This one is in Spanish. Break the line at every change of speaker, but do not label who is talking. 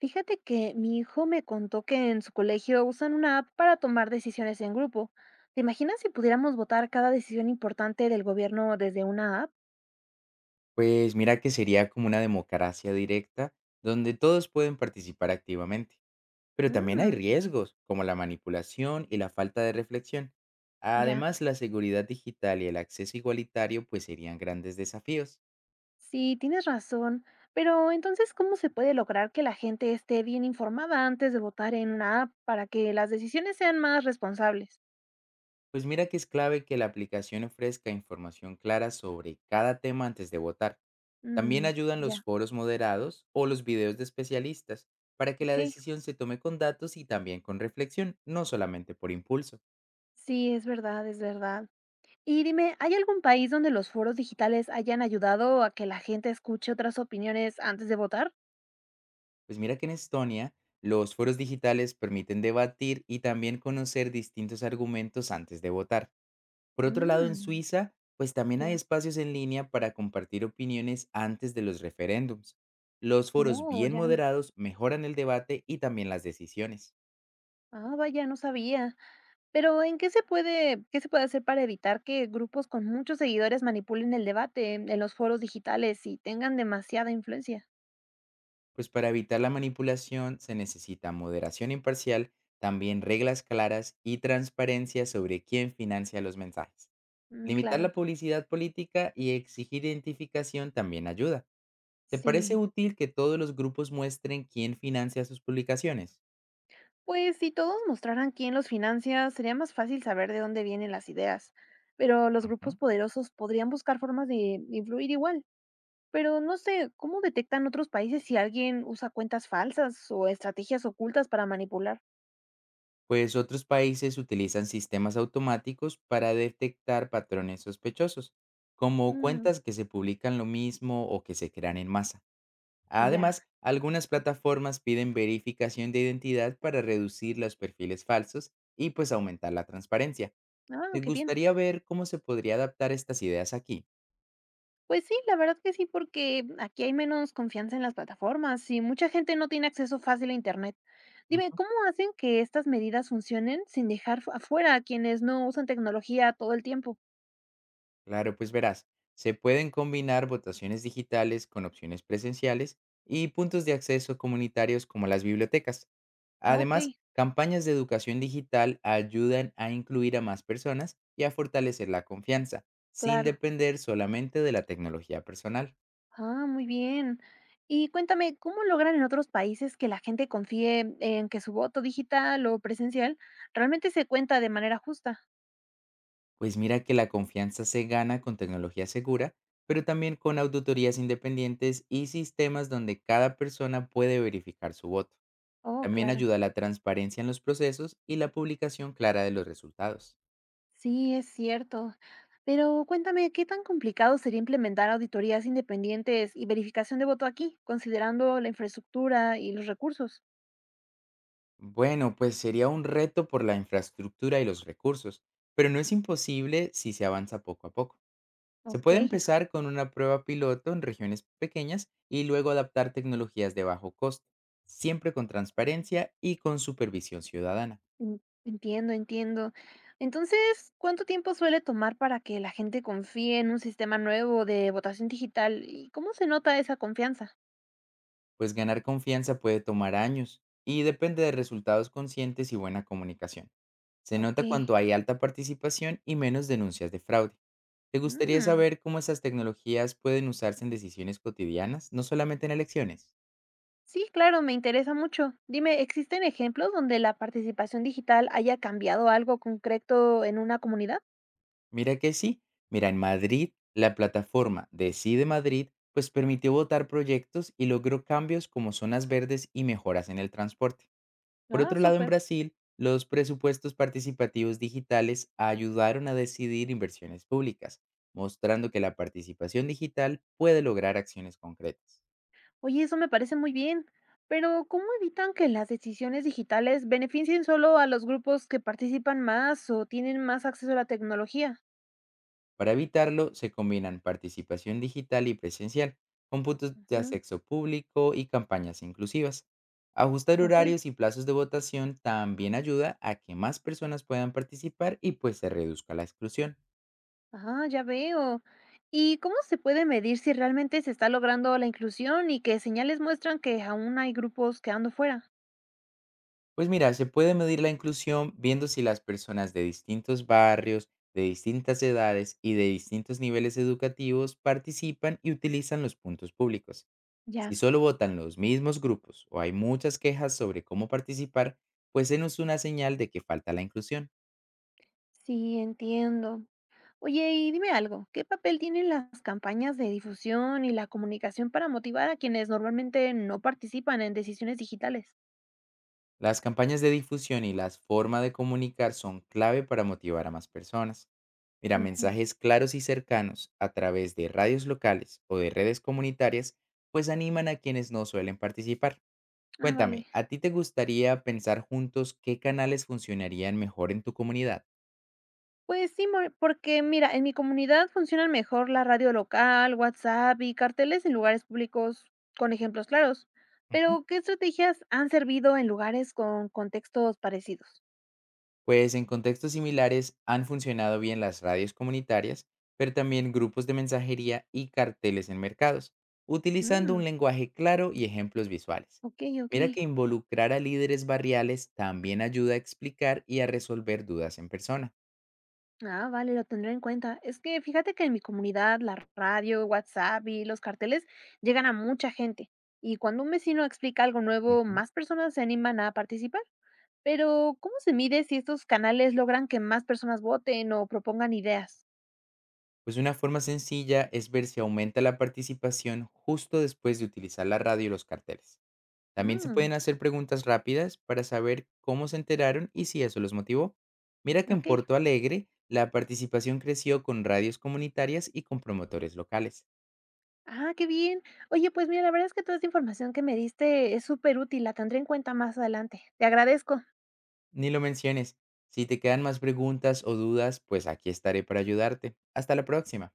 Fíjate que mi hijo me contó que en su colegio usan una app para tomar decisiones en grupo. ¿Te imaginas si pudiéramos votar cada decisión importante del gobierno desde una app?
Pues mira que sería como una democracia directa donde todos pueden participar activamente, pero también hay
Mm,
riesgos como la manipulación y la falta de reflexión.
ya,
Además, la seguridad digital y el acceso igualitario pues serían grandes desafíos.
sí, tienes razón. Pero entonces, ¿cómo se puede lograr que la gente esté bien informada antes de votar en una app para que las decisiones sean más responsables?
Pues mira que es clave que la aplicación ofrezca información clara sobre cada tema antes de votar. También
Mm,
ayudan los
ya,
foros moderados o los videos de especialistas para que la
ok.
decisión se tome con datos y también con reflexión, no solamente por impulso.
Sí, es verdad, es verdad. Y dime, ¿hay algún país donde los foros digitales hayan ayudado a que la gente escuche otras opiniones antes de votar?
Pues mira que en Estonia los foros digitales permiten debatir y también conocer distintos argumentos antes de votar. Por otro lado, en
Mm,
Suiza, pues también hay
ya.
espacios en línea para compartir opiniones antes de los referéndums. Los foros
Oh,
bien
ya.
moderados mejoran el debate y también las decisiones.
Ah, vaya, no sabía. Pero, ¿en qué se puede hacer para evitar que grupos con muchos seguidores manipulen el debate en los foros digitales y tengan demasiada influencia?
Pues para evitar la manipulación se necesita moderación imparcial, también reglas claras y transparencia sobre quién financia los mensajes.
Mm,
Limitar
claro,
la publicidad política y exigir identificación también ayuda. ¿Te parece
sí.
útil que todos los grupos muestren quién financia sus publicaciones?
Pues si todos mostraran quién los financia, sería más fácil saber de dónde vienen las ideas. Pero los grupos
Ujú.
poderosos podrían buscar formas de influir igual. Pero no sé, ¿cómo detectan otros países si alguien usa cuentas falsas o estrategias ocultas para manipular?
Pues otros países utilizan sistemas automáticos para detectar patrones sospechosos, como
Mm,
cuentas que se publican lo mismo o que se crean en masa.
ya.
Además, algunas plataformas piden verificación de identidad para reducir los perfiles falsos y pues aumentar la transparencia.
Ah,
Me
qué bien.
gustaría ver cómo se podría adaptar estas ideas aquí.
Pues sí, la verdad que sí, porque aquí hay menos confianza en las plataformas y mucha gente no tiene acceso fácil a Internet. Dime, ¿cómo hacen que estas medidas funcionen sin dejar afuera a quienes no usan tecnología todo el tiempo?
Claro, pues verás, se pueden combinar votaciones digitales con opciones presenciales y puntos de acceso comunitarios como las bibliotecas.
Ah, ok,
Además, campañas de educación digital ayudan a incluir a más personas y a fortalecer la confianza, sin
claro.
depender solamente de la tecnología personal.
Ah, muy bien. Y cuéntame, ¿cómo logran en otros países que la gente confíe en que su voto digital o presencial realmente se cuenta de manera justa?
Pues mira que la confianza se gana con tecnología segura, pero también con auditorías independientes y sistemas donde cada persona puede verificar su voto.
Oh,
También
claro.
ayuda la transparencia en los procesos y la publicación clara de los resultados.
Sí, es cierto. Pero cuéntame, ¿qué tan complicado sería implementar auditorías independientes y verificación de voto aquí, considerando la infraestructura y los recursos?
Bueno, pues sería un reto por la infraestructura y los recursos, pero no es imposible si se avanza poco a poco. Se
Ok,
puede empezar con una prueba piloto en regiones pequeñas y luego adaptar tecnologías de bajo costo, siempre con transparencia y con supervisión ciudadana.
entiendo, entiendo. Entonces, ¿cuánto tiempo suele tomar para que la gente confíe en un sistema nuevo de votación digital? ¿Y cómo se nota esa confianza?
Pues ganar confianza puede tomar años y depende de resultados conscientes y buena comunicación. Se
Ok.
nota cuando hay alta participación y menos denuncias de fraude. ¿Te gustaría
Mm,
saber cómo esas tecnologías pueden usarse en decisiones cotidianas, no solamente en elecciones?
sí, claro, me interesa mucho. Dime, ¿existen ejemplos donde la participación digital haya cambiado algo concreto en una comunidad?
Mira que sí. Mira, en Madrid, la plataforma Decide Madrid pues permitió votar proyectos y logró cambios como zonas verdes y mejoras en el transporte. Por
Ah,
otro lado, en
súper.
Brasil, los presupuestos participativos digitales ayudaron a decidir inversiones públicas, mostrando que la participación digital puede lograr acciones concretas.
Oye, eso me parece muy bien, pero ¿cómo evitan que las decisiones digitales beneficien solo a los grupos que participan más o tienen más acceso a la tecnología?
Para evitarlo, se combinan participación digital y presencial, cómputos de
Ujú,
acceso público y campañas inclusivas. Ajustar
ok,
horarios y plazos de votación también ayuda a que más personas puedan participar y pues se reduzca la exclusión.
ah, ya veo. ¿Y cómo se puede medir si realmente se está logrando la inclusión y qué señales muestran que aún hay grupos quedando fuera?
Pues mira, se puede medir la inclusión viendo si las personas de distintos barrios, de distintas edades y de distintos niveles educativos participan y utilizan los puntos públicos. Si
Ya,
solo votan los mismos grupos o hay muchas quejas sobre cómo participar, pues es una señal de que falta la inclusión.
sí, entiendo. Oye, y dime algo, ¿qué papel tienen las campañas de difusión y la comunicación para motivar a quienes normalmente no participan en decisiones digitales?
Las campañas de difusión y las formas de comunicar son clave para motivar a más personas. Mira,
Ujú.
mensajes claros y cercanos a través de radios locales o de redes comunitarias, pues animan a quienes no suelen participar.
Ah, vale.
Cuéntame, ¿a ti te gustaría pensar juntos qué canales funcionarían mejor en tu comunidad?
Pues sí, porque mira, en mi comunidad funcionan mejor la radio local, WhatsApp y carteles en lugares públicos con ejemplos claros. Pero, ¿qué estrategias han servido en lugares con contextos parecidos?
Pues en contextos similares han funcionado bien las radios comunitarias, pero también grupos de mensajería y carteles en mercados, utilizando un
Mm,
lenguaje claro y ejemplos visuales.
ok, ok.
Mira que involucrar a líderes barriales también ayuda a explicar y a resolver dudas en persona.
Ah, vale, lo tendré en cuenta. Es que fíjate que en mi comunidad la radio, WhatsApp y los carteles llegan a mucha gente. Y cuando un vecino explica algo nuevo,
Ujú.
más personas se animan a participar. Pero, ¿cómo se mide si estos canales logran que más personas voten o propongan ideas?
Pues una forma sencilla es ver si aumenta la participación justo después de utilizar la radio y los carteles. También se
Mm,
pueden hacer preguntas rápidas para saber cómo se enteraron y si eso los motivó. Mira que en
ok.
Porto Alegre la participación creció con radios comunitarias y con promotores locales.
Ah, qué bien. Oye, pues mira, la verdad es que toda esta información que me diste es súper útil, la tendré en cuenta más adelante. Te agradezco.
Ni lo menciones. Si te quedan más preguntas o dudas, pues aquí estaré para ayudarte. Hasta la próxima.